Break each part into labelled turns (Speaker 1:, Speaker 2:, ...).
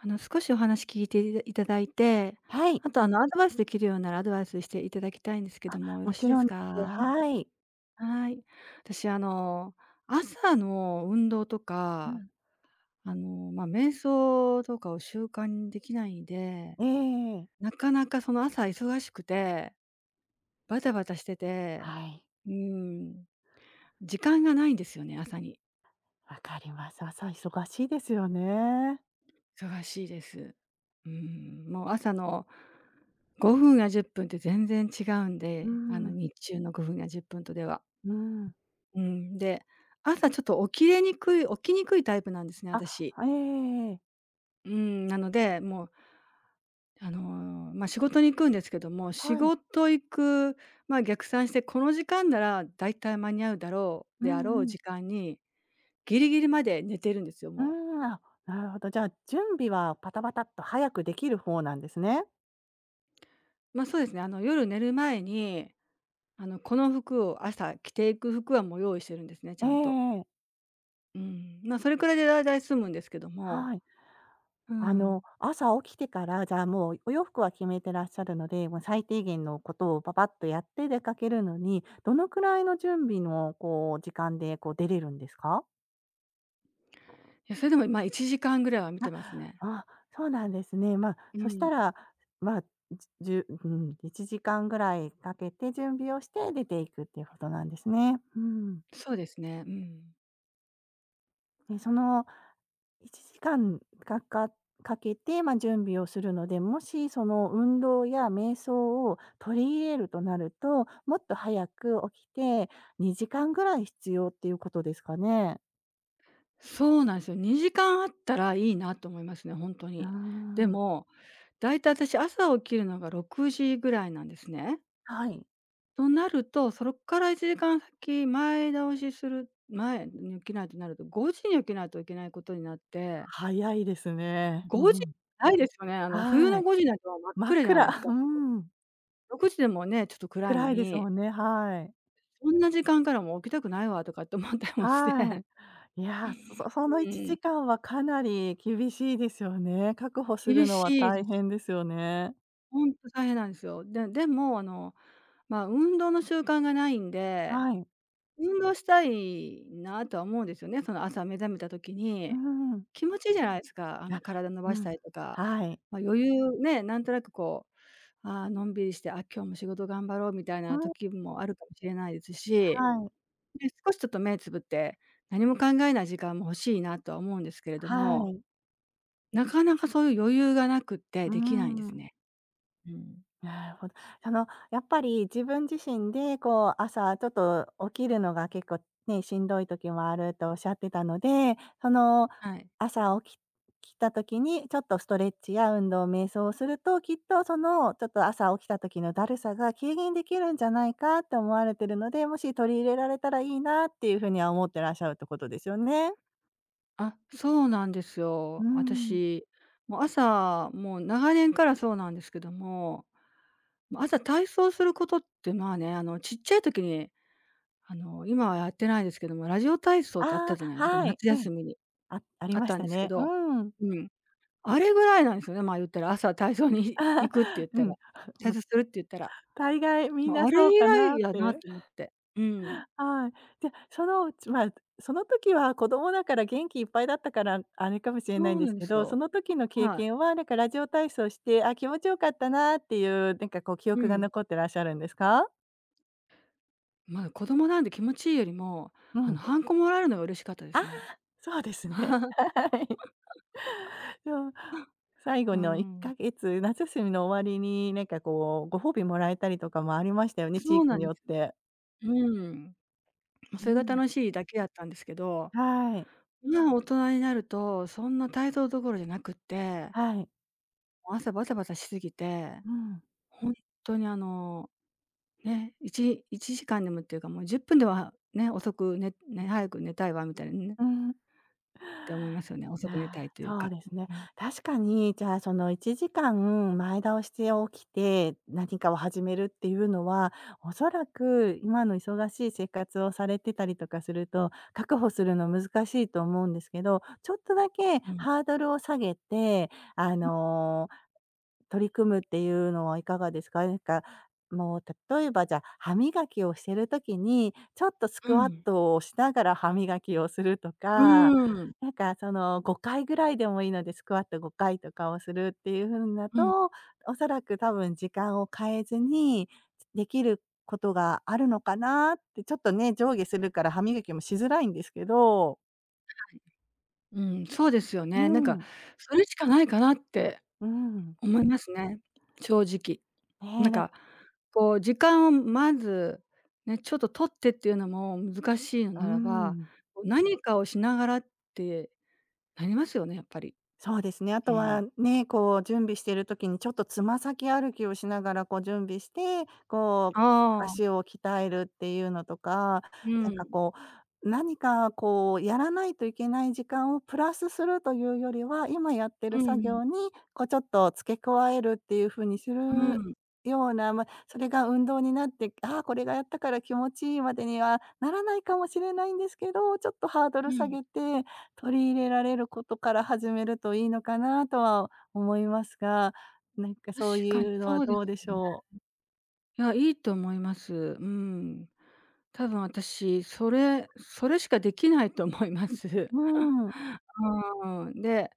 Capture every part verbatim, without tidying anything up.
Speaker 1: あの、少しお話聞いていただいて、
Speaker 2: はい、
Speaker 1: あと、あの、アドバイスできるようならアドバイスしていただきたいんですけども、よろ
Speaker 2: も
Speaker 1: しい
Speaker 2: ち
Speaker 1: で
Speaker 2: ろ
Speaker 1: す
Speaker 2: んです。
Speaker 1: か？
Speaker 2: はい。
Speaker 1: はい。私、あの、朝の運動と
Speaker 2: う
Speaker 1: か、
Speaker 2: ん。
Speaker 1: あの、ま、瞑想とかを習慣にできないんで、
Speaker 2: ええ
Speaker 1: なかなかその朝忙しくて、バタバタしてて、
Speaker 2: はい、
Speaker 1: うん、時間がないんですよね、朝に。
Speaker 2: わかります。朝忙しいですよね。
Speaker 1: 忙しいです。うん、もう朝のごふんやじゅっぷんっぷんって全然違うん
Speaker 2: う
Speaker 1: で、あの、
Speaker 2: ん、
Speaker 1: 日中のごふんやじゅっぷんとでは。
Speaker 2: うん。
Speaker 1: うん、で、朝ちょっと起きれにくい起きにくいタイプなんですね、私。
Speaker 2: あ、ええ
Speaker 1: うん、なので、もう、あの、まあ、仕事に行くんですけども、仕
Speaker 2: はい。
Speaker 1: 事行く、まあ、逆算して、この時間ならだいたい間に合うだろう
Speaker 2: う
Speaker 1: であろ
Speaker 2: ん
Speaker 1: う
Speaker 2: うん。
Speaker 1: 時間に、ギリギリまで寝てるんですよ、
Speaker 2: う
Speaker 1: もう。
Speaker 2: ん、あ、なるほど。じゃあ、準備はパタパタっと早くできる方なんですね。
Speaker 1: ま、そうですね、あの、夜寝る前にあの、この服を朝着ていく服はもう用意してるんですね、ち
Speaker 2: え
Speaker 1: ゃんと。
Speaker 2: ええ。
Speaker 1: うん。まあ、それくらいでだいだい済むんですけども、
Speaker 2: はい。
Speaker 1: う
Speaker 2: あの、
Speaker 1: ん。
Speaker 2: 朝起きてから、じゃあ、もうお洋服は決めてらっしゃるので、もう最低限のことをパパッとやって出かけるのに、どのくらいの準備のこう時間でこう出れるんですか？
Speaker 1: いや、それでも、まあ、いちじかんぐらいは見て
Speaker 2: あ、
Speaker 1: ますね。
Speaker 2: あ、そうなんですね。まあ、
Speaker 1: う
Speaker 2: そし
Speaker 1: ん。
Speaker 2: たら、ま、あ、じゅうん、いちじかんぐらいかけて準備をして出ていくっていうことなんですね。うん。
Speaker 1: そうですね、うん。
Speaker 2: え、そのいちじかんかんかかかけて、まあ、準備をするので、もしその運動や瞑想を取り入れるとなると、もっと早く起きてにじかんぐらい必要っていうことですかね？
Speaker 1: そうなんですよ。にじかんあったらいいなと思いますね、本当
Speaker 2: うー
Speaker 1: に。で
Speaker 2: ん。
Speaker 1: も、だいたい私朝起きるのがろくじぐらいなんですね。
Speaker 2: はい。
Speaker 1: となると、そこからいちじかん先前倒しする前に起きないとなると、ごじに起きないといけないことになって、
Speaker 2: 早いですね。う
Speaker 1: ごじ
Speaker 2: ん。
Speaker 1: ないですよね。あの、冬
Speaker 2: は
Speaker 1: の
Speaker 2: い。
Speaker 1: ごじなんてもう真っ
Speaker 2: 真っ
Speaker 1: 暗じゃない
Speaker 2: 暗、
Speaker 1: です か。
Speaker 2: うん、
Speaker 1: ろくじでもね、ちょっと暗いの
Speaker 2: 暗いです
Speaker 1: に、
Speaker 2: もんね、はい。
Speaker 1: そんな時間からもう起きたくないわとかって思ったりもし
Speaker 2: は
Speaker 1: て。
Speaker 2: い。いや、そその
Speaker 1: う
Speaker 2: 1
Speaker 1: ん、
Speaker 2: 時間はかなり厳しいですよね。確保する
Speaker 1: 厳
Speaker 2: のは
Speaker 1: しいで
Speaker 2: 大
Speaker 1: す。
Speaker 2: 変ですよね。
Speaker 1: ほんと大変なんですよ。ででも、あの、まあ、運動の習慣がないんで
Speaker 2: はい。
Speaker 1: 運動したいなとは思うんですよね。その朝目覚めた時
Speaker 2: う
Speaker 1: に、
Speaker 2: ん。
Speaker 1: 気持ちいいじゃないですか。あの、
Speaker 2: あ、
Speaker 1: 体伸
Speaker 2: う
Speaker 1: ばした
Speaker 2: ん。
Speaker 1: りとか、
Speaker 2: はい。
Speaker 1: まあ、余裕ね、なんとなくこう、ああ、のんびりして、あ、今日も仕事頑張ろうみたい
Speaker 2: う
Speaker 1: な
Speaker 2: ん、
Speaker 1: 時もあるかもしれないですし、
Speaker 2: はい。
Speaker 1: で、少しちょっと目つぶって、何も考えない時間も欲しいなとは思うんですけれど
Speaker 2: は
Speaker 1: も、
Speaker 2: い。
Speaker 1: なかなかそういう余裕がなくって
Speaker 2: う
Speaker 1: できないんです
Speaker 2: ん。
Speaker 1: ね。うん。
Speaker 2: なるほど。あの、やっぱり自分自身で、こう、朝ちょっと起きるのが結構ね、しんどい時もあるとおっしゃってたので、その、
Speaker 1: はい。
Speaker 2: 朝起き起きた時にちょっとストレッチや運動、瞑想をすると、きっとその、ちょっと朝起きた時のだるさが軽減できるんじゃないかって思われてるので、もし取り入れられたらいいなっていうふうには思ってらっしゃるってことですよね。
Speaker 1: あ、そうなんですよ。
Speaker 2: うん。
Speaker 1: 私、もう朝、もう長年からそうなんですけども、もう朝体操することって、まあね、あの、ちっちゃい時に、あの、今はやってないですけども、ラジオ体操ってあった
Speaker 2: あ
Speaker 1: じゃない
Speaker 2: あ、
Speaker 1: ですか、
Speaker 2: はい。
Speaker 1: 夏
Speaker 2: ええ。
Speaker 1: 休みに
Speaker 2: あ、あり
Speaker 1: あっ
Speaker 2: まし
Speaker 1: たん
Speaker 2: た
Speaker 1: ですけ
Speaker 2: ね。
Speaker 1: ど、
Speaker 2: うん。
Speaker 1: うん、あれぐらいなんですよね、まあ、言ったら朝体操に 行くって言っ
Speaker 2: う
Speaker 1: たら、
Speaker 2: ん。
Speaker 1: 体 操するって言ったら、
Speaker 2: 大概みん
Speaker 1: まあ、
Speaker 2: な
Speaker 1: あれ
Speaker 2: そう
Speaker 1: 以
Speaker 2: かな
Speaker 1: 来
Speaker 2: っ
Speaker 1: やな
Speaker 2: て。
Speaker 1: と思って。うん、
Speaker 2: はい。で、そのうちまあ、その時は子供だから元気いっぱいだったから、あれかもしれない
Speaker 1: そ
Speaker 2: ん
Speaker 1: う
Speaker 2: で
Speaker 1: なん
Speaker 2: す
Speaker 1: で
Speaker 2: け
Speaker 1: す
Speaker 2: ど、
Speaker 1: よ。
Speaker 2: その時の経
Speaker 1: はい。
Speaker 2: 験は、なんかラジオ体操して、あ、気持ちよかったなっていう、なんかこう記
Speaker 1: う
Speaker 2: 憶が
Speaker 1: ん。
Speaker 2: 残ってらっしゃるんですか？
Speaker 1: まあ、子供なんで気持ちいいよりも、
Speaker 2: う
Speaker 1: あの、
Speaker 2: ん。
Speaker 1: ハンコもらえるのが嬉しかったで
Speaker 2: あ、
Speaker 1: すね。
Speaker 2: そうですね。はい。そう。最後
Speaker 1: う
Speaker 2: の1
Speaker 1: ん。
Speaker 2: か月、夏休みの終わりになんかこう、ご褒美もらえたりとかもありましたよね、地
Speaker 1: そう
Speaker 2: 域
Speaker 1: な
Speaker 2: に
Speaker 1: ん
Speaker 2: よ
Speaker 1: で
Speaker 2: っ
Speaker 1: すよ。
Speaker 2: て。
Speaker 1: うん。ま、
Speaker 2: う
Speaker 1: それが
Speaker 2: ん。
Speaker 1: 楽しいだけだったんですけど、
Speaker 2: はい。
Speaker 1: 今大人になると、そんな態度どころじゃなくって、
Speaker 2: はい。
Speaker 1: 朝バタバタしすぎて、
Speaker 2: うん。
Speaker 1: ほんとにあの、ね、1- 1時間でもっていうか、もうじゅっぷんではね、遅くねね、早く寝たいわみたいなね、
Speaker 2: うん。
Speaker 1: って思いますよね。遅く寝た
Speaker 2: あ
Speaker 1: い
Speaker 2: あ、
Speaker 1: という
Speaker 2: そ
Speaker 1: か。
Speaker 2: うですね。
Speaker 1: うん、
Speaker 2: 確かに、じゃあ、そのいちじかんまえ倒して起きて、何かを始めるっていうのは、おそらく今の忙しい生活をされてたりとかすると、確保するの難しいと思うんですけど、ちょっとだ
Speaker 1: そ
Speaker 2: け
Speaker 1: うん。
Speaker 2: ハードルを下げて、あの取り組むっていうのはいかがですか？なんか、もう例えばじゃあ、歯磨きをしてる時に、ちょっとス
Speaker 1: う
Speaker 2: クワッ
Speaker 1: ん。
Speaker 2: トをしながら歯磨きをすると
Speaker 1: う
Speaker 2: か、
Speaker 1: ん。うん。
Speaker 2: なんかそのごかいぐらいでもいいので、スクワットごかいとかをするっていう風だ
Speaker 1: うん。
Speaker 2: と、おそらく多分時間を変えずに、できることがあるのかなって、ちょっとね、上下するから歯磨きもしづらいんですけど。
Speaker 1: うん、そうですよ
Speaker 2: う
Speaker 1: ね。なんか、
Speaker 2: ん、
Speaker 1: それしかないかなって
Speaker 2: うん。
Speaker 1: 思いますね、正直。な
Speaker 2: ね、
Speaker 1: ん
Speaker 2: なん
Speaker 1: か、こう時間をまず、ね、ちょっと取ってっていうのも難しいの
Speaker 2: うー
Speaker 1: ならば、
Speaker 2: ん。
Speaker 1: こう何かをしながらってなりますよね、やっぱり。
Speaker 2: そうですね。あ
Speaker 1: う
Speaker 2: と
Speaker 1: ん。
Speaker 2: はね、こう準備してる時にちょっとつま先歩きをしながらこう準備して、こう
Speaker 1: あ
Speaker 2: 足
Speaker 1: あ、
Speaker 2: を鍛えるっていうのとか、
Speaker 1: う
Speaker 2: なんか
Speaker 1: ん、
Speaker 2: こう、何かこうやらないといけない時間をプラスするというよりは、今やって
Speaker 1: う
Speaker 2: る
Speaker 1: んう
Speaker 2: 作
Speaker 1: ん、
Speaker 2: 業にこうちょっと付け加えるっていう風にす
Speaker 1: う
Speaker 2: る
Speaker 1: ん、
Speaker 2: ような、まあ、それが運動になって、ああ、これがやったから気持ちいいまでにはならないかもしれないんですけど、ちょっとハード
Speaker 1: う
Speaker 2: ル下
Speaker 1: ん。
Speaker 2: げて取り入れられることから始めるといいのかなとは思いますが、なんか
Speaker 1: 確
Speaker 2: そう
Speaker 1: かに
Speaker 2: いうのは
Speaker 1: そうです
Speaker 2: どうでし
Speaker 1: よね。
Speaker 2: ょう？
Speaker 1: いや、いいと思います。うん。多分私、それそれしかできないと思います。う
Speaker 2: うーん、
Speaker 1: ん、で、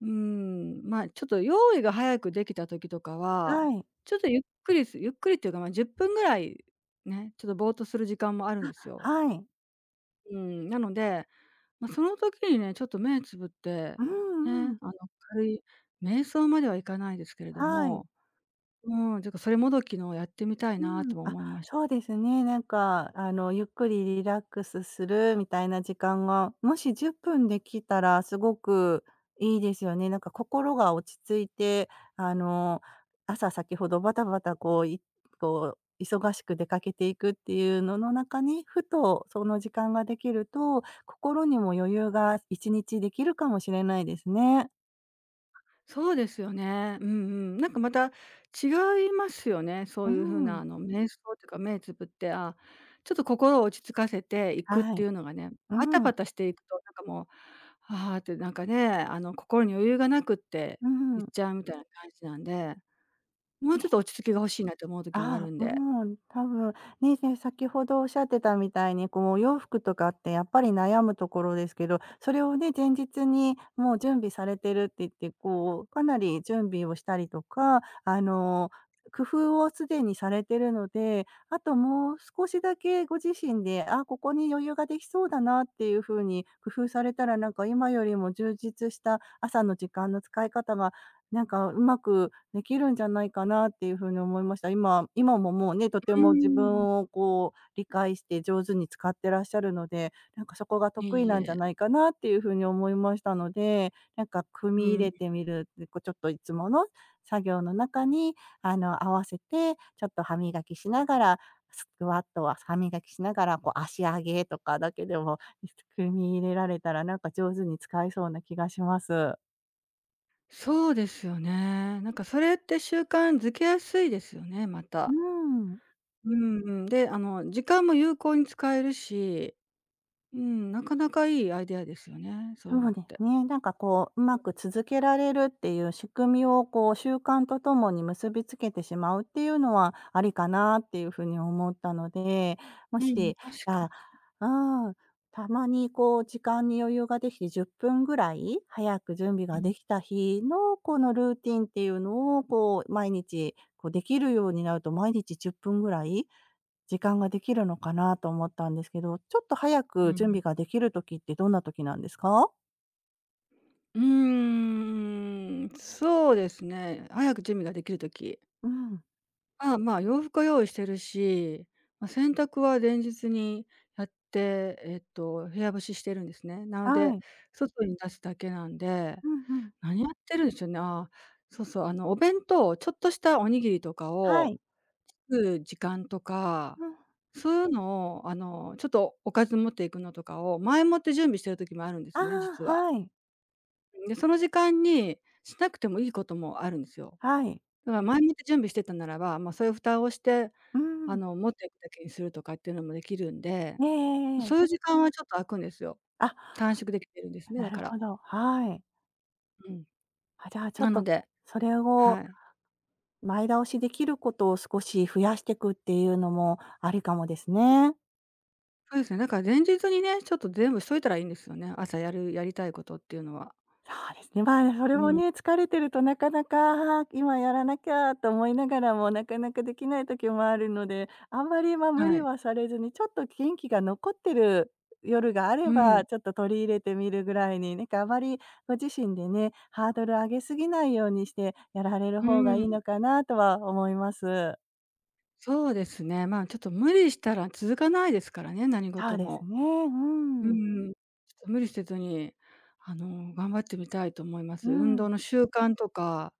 Speaker 1: うーん、まあ、ちょっと用意が早くできた時とかは、
Speaker 2: はい、
Speaker 1: ちょっとゆっくりすゆっくりっていうか、まあ、じゅっぷんぐらいね、ちょっとぼーっとする時間もあるんですよ。
Speaker 2: はい。
Speaker 1: うーん、なので、まあ、その時にね、ちょっと目つぶって、
Speaker 2: うんう
Speaker 1: ね、
Speaker 2: ん。
Speaker 1: あの、軽い瞑想まではいかないですけれど
Speaker 2: はい。
Speaker 1: も、うーん、ちょっとそれもどきのをやってみたい
Speaker 2: う
Speaker 1: なと
Speaker 2: ん、
Speaker 1: も
Speaker 2: あ、
Speaker 1: 思いまし
Speaker 2: そうですね。なんか、あの、ゆっくりリラックスするみたいな時間が、もしじゅっぷんできたらすごくいいですよね。なんか心が落ち着いて、あの、朝先ほどバタバタこう、いこう、忙しく出かけていくっていうのの中に、ふとその時間ができると、心にも余裕がいちにちできるかもしれないですね。
Speaker 1: そうですよね。うんうん。なんかまた違いますよね。そ
Speaker 2: う
Speaker 1: ういう風な
Speaker 2: ん。
Speaker 1: あの瞑想というか目つぶって、あ、ちょっと心を落ち着かせていくっ
Speaker 2: は
Speaker 1: てい
Speaker 2: い。
Speaker 1: うのがね、
Speaker 2: う
Speaker 1: バタバ
Speaker 2: ん。
Speaker 1: タしていくとなんかもう、ああってなんかね、あの心に余裕がなくって
Speaker 2: う
Speaker 1: 言
Speaker 2: ん。
Speaker 1: っちゃうみたいな感じなんで、もうちょっと落ち着きが欲しいなって思う時もある
Speaker 2: あ
Speaker 1: んで。
Speaker 2: うん、多分、ね、せ先ほどおっしゃってたみたいに、こう、お洋服とかってやっぱり悩むところですけど、それをね、前日にもう準備されてるって言って、こう、かなり準備をしたりとか、あの、工夫をすでにされてるので、あともう少しだけご自身で、あ、ここに余裕ができそうだなっていう風に工夫されたら、なんか今よりも充実した朝の時間の使い方が、なんかうまくできるんじゃないかなっていうふうに思いました。今今ももうね、とて
Speaker 1: う
Speaker 2: も自
Speaker 1: ん。
Speaker 2: 分をこう理解して上手に使ってらっしゃるので、なんかそこが
Speaker 1: い
Speaker 2: 得意
Speaker 1: い
Speaker 2: なんじ
Speaker 1: え。
Speaker 2: ゃないかなっていうふうに思いましたので、なんか組
Speaker 1: う
Speaker 2: み入
Speaker 1: ん。
Speaker 2: れてみる、で、こうちょっといつもの作業の中に、あの、合わせて、ちょっと歯磨きしながら、スクワットは歯磨きしながら、こう足上げとかだけでも、組み入れられたら、なんか上手に使えそうな気がします。
Speaker 1: そうですよね。なんかそれって習慣づけやすいですよね、ま
Speaker 2: う
Speaker 1: た。
Speaker 2: ーん。
Speaker 1: うんうん。で、あの、時間も有効に使えるし、うん、なかなかいいアイデアですよね、そういう
Speaker 2: そ
Speaker 1: の
Speaker 2: う
Speaker 1: っ
Speaker 2: で
Speaker 1: て。
Speaker 2: すね。なんかこう、うまく続けられるっていう仕組みをこう、習慣とともに結びつけてしまうっていうのはありかなっていうふうに思ったので、も
Speaker 1: うん、
Speaker 2: し、
Speaker 1: 確か
Speaker 2: あ、うん、たまにこう時間に余裕ができてじゅっぷんぐらい早く準備
Speaker 1: に。
Speaker 2: が
Speaker 1: うん
Speaker 2: できた日のこのルーティンっていうのをこう、毎日こうできるようになると、毎日じゅっぷんぐらい時間ができるのかなと思ったんですけど、ちょっと早
Speaker 1: う
Speaker 2: く準
Speaker 1: ん。
Speaker 2: 備ができる時ってどんな時なんですか？
Speaker 1: うーん、そうですね。早く準備ができるとき、
Speaker 2: うん、
Speaker 1: あ、まあ、洋服は用意してるし、ま、洗濯は前日にやって、えっと、部屋干ししてるんですね。なの
Speaker 2: は
Speaker 1: で、
Speaker 2: い。
Speaker 1: 外に出すだけなんで、
Speaker 2: うんうん。
Speaker 1: 何やってるんでしょうね。ああ、そうそう、あの、お弁当、ちょっとしたおにぎりとか
Speaker 2: は
Speaker 1: を
Speaker 2: い。
Speaker 1: 作る時間とか、
Speaker 2: うん。
Speaker 1: そういうのを、あの、ちょっとおかず持っていくのとかを前もって準備してる時もあるんで
Speaker 2: あ
Speaker 1: すね、
Speaker 2: あ、
Speaker 1: 実は。
Speaker 2: はい。
Speaker 1: で、その時間にしなくてもいいこともあるんですよ。
Speaker 2: はい。
Speaker 1: だから前もって準備してたならば、まあ、そういう蓋をして、
Speaker 2: う
Speaker 1: あ
Speaker 2: ん。
Speaker 1: の、持っていくだけにするとかっていうのもできるんで、
Speaker 2: ええ
Speaker 1: そ
Speaker 2: え
Speaker 1: ういう
Speaker 2: え
Speaker 1: 時間はちょっと空くんですよ。
Speaker 2: あ、
Speaker 1: 短縮できてるんですね、
Speaker 2: な
Speaker 1: だ
Speaker 2: る
Speaker 1: から。
Speaker 2: ほど、はい。
Speaker 1: うん。
Speaker 2: あ、じゃあちょ
Speaker 1: な
Speaker 2: っ
Speaker 1: の
Speaker 2: と、
Speaker 1: で、
Speaker 2: それ
Speaker 1: は
Speaker 2: を
Speaker 1: い。
Speaker 2: 前倒しできることを少し増やしてくっていうのもありかもですね。
Speaker 1: そうですね、だから前日にね、ちょっと全部しといたらいいんですよね、朝やるやりたいことっていうのは。
Speaker 2: そうですね。まあ、それ
Speaker 1: う
Speaker 2: も
Speaker 1: ん、
Speaker 2: ね、疲れてるとなかなか、あー今やらなきゃと思いながらも、なかなかできない時もあるので、あんまり、ま、無
Speaker 1: は
Speaker 2: 理
Speaker 1: い。
Speaker 2: はされずに、ちょっと元気が残ってる夜があれ
Speaker 1: うん。
Speaker 2: ば、ちょっと取り入れてみるぐらいに、なんかあまりご自身でね、ハードル上げすぎないようにしてやられる
Speaker 1: う
Speaker 2: 方がい
Speaker 1: ん。
Speaker 2: いのかなとは思います。
Speaker 1: そうですね、まあ、ちょっと無理したら続かないですからね、何
Speaker 2: そ
Speaker 1: 事
Speaker 2: うです
Speaker 1: も。
Speaker 2: ね。う
Speaker 1: う
Speaker 2: ん。
Speaker 1: ん、ちょっと無理せずに、あの、頑張ってみたいと思いま
Speaker 2: う
Speaker 1: す。運
Speaker 2: ん。
Speaker 1: 動の習慣とか、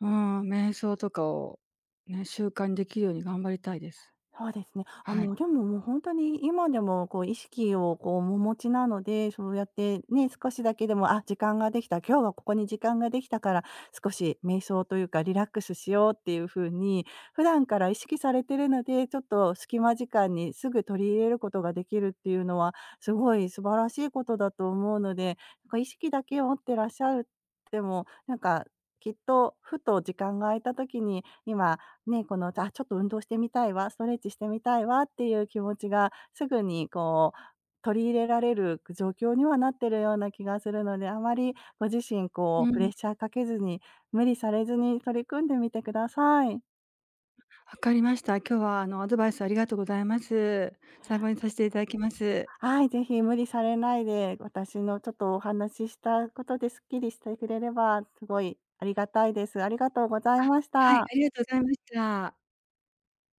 Speaker 1: うん、瞑想とかをね、習慣にできるように頑張りたいです。
Speaker 2: そうですね。あ、
Speaker 1: はい。
Speaker 2: もうでも、もう本当に今でもこう意識をこうお持ちなので、そうやってね、少しだけでも、あ、時間ができた、今日はここに時間ができたから少し瞑想というかリラックスしようっていう風に、普段から意識されてるので、ちょっと隙間時間にすぐ取り入れることができるっていうのは、すごい素晴らしいことだと思うので、なんか意識だけを持ってらっしゃるでも、なんかきっとふと時間が空いた時に、今ね、この、あ、ちょっと運動してみたいわ、ストレッチしてみたいわっていう気持ちがすぐにこう取り入れられる状況にはなってるような気がするので、あまりご自身こ
Speaker 1: う
Speaker 2: うプ
Speaker 1: ん、
Speaker 2: レ
Speaker 1: わ
Speaker 2: ッシャーかけずに、無理されずに取り組んでみてください。
Speaker 1: かりました。今日はあの、アドバイスありがとうございます。参考にさせていただきます。
Speaker 2: はい、ぜひ無理されないで、私のちょっとお話ししたことでスッキリしてくれればすごいありがたいです。ありがとうござ
Speaker 1: あ、
Speaker 2: いまし
Speaker 1: はい、
Speaker 2: た。
Speaker 1: ありがとうございました。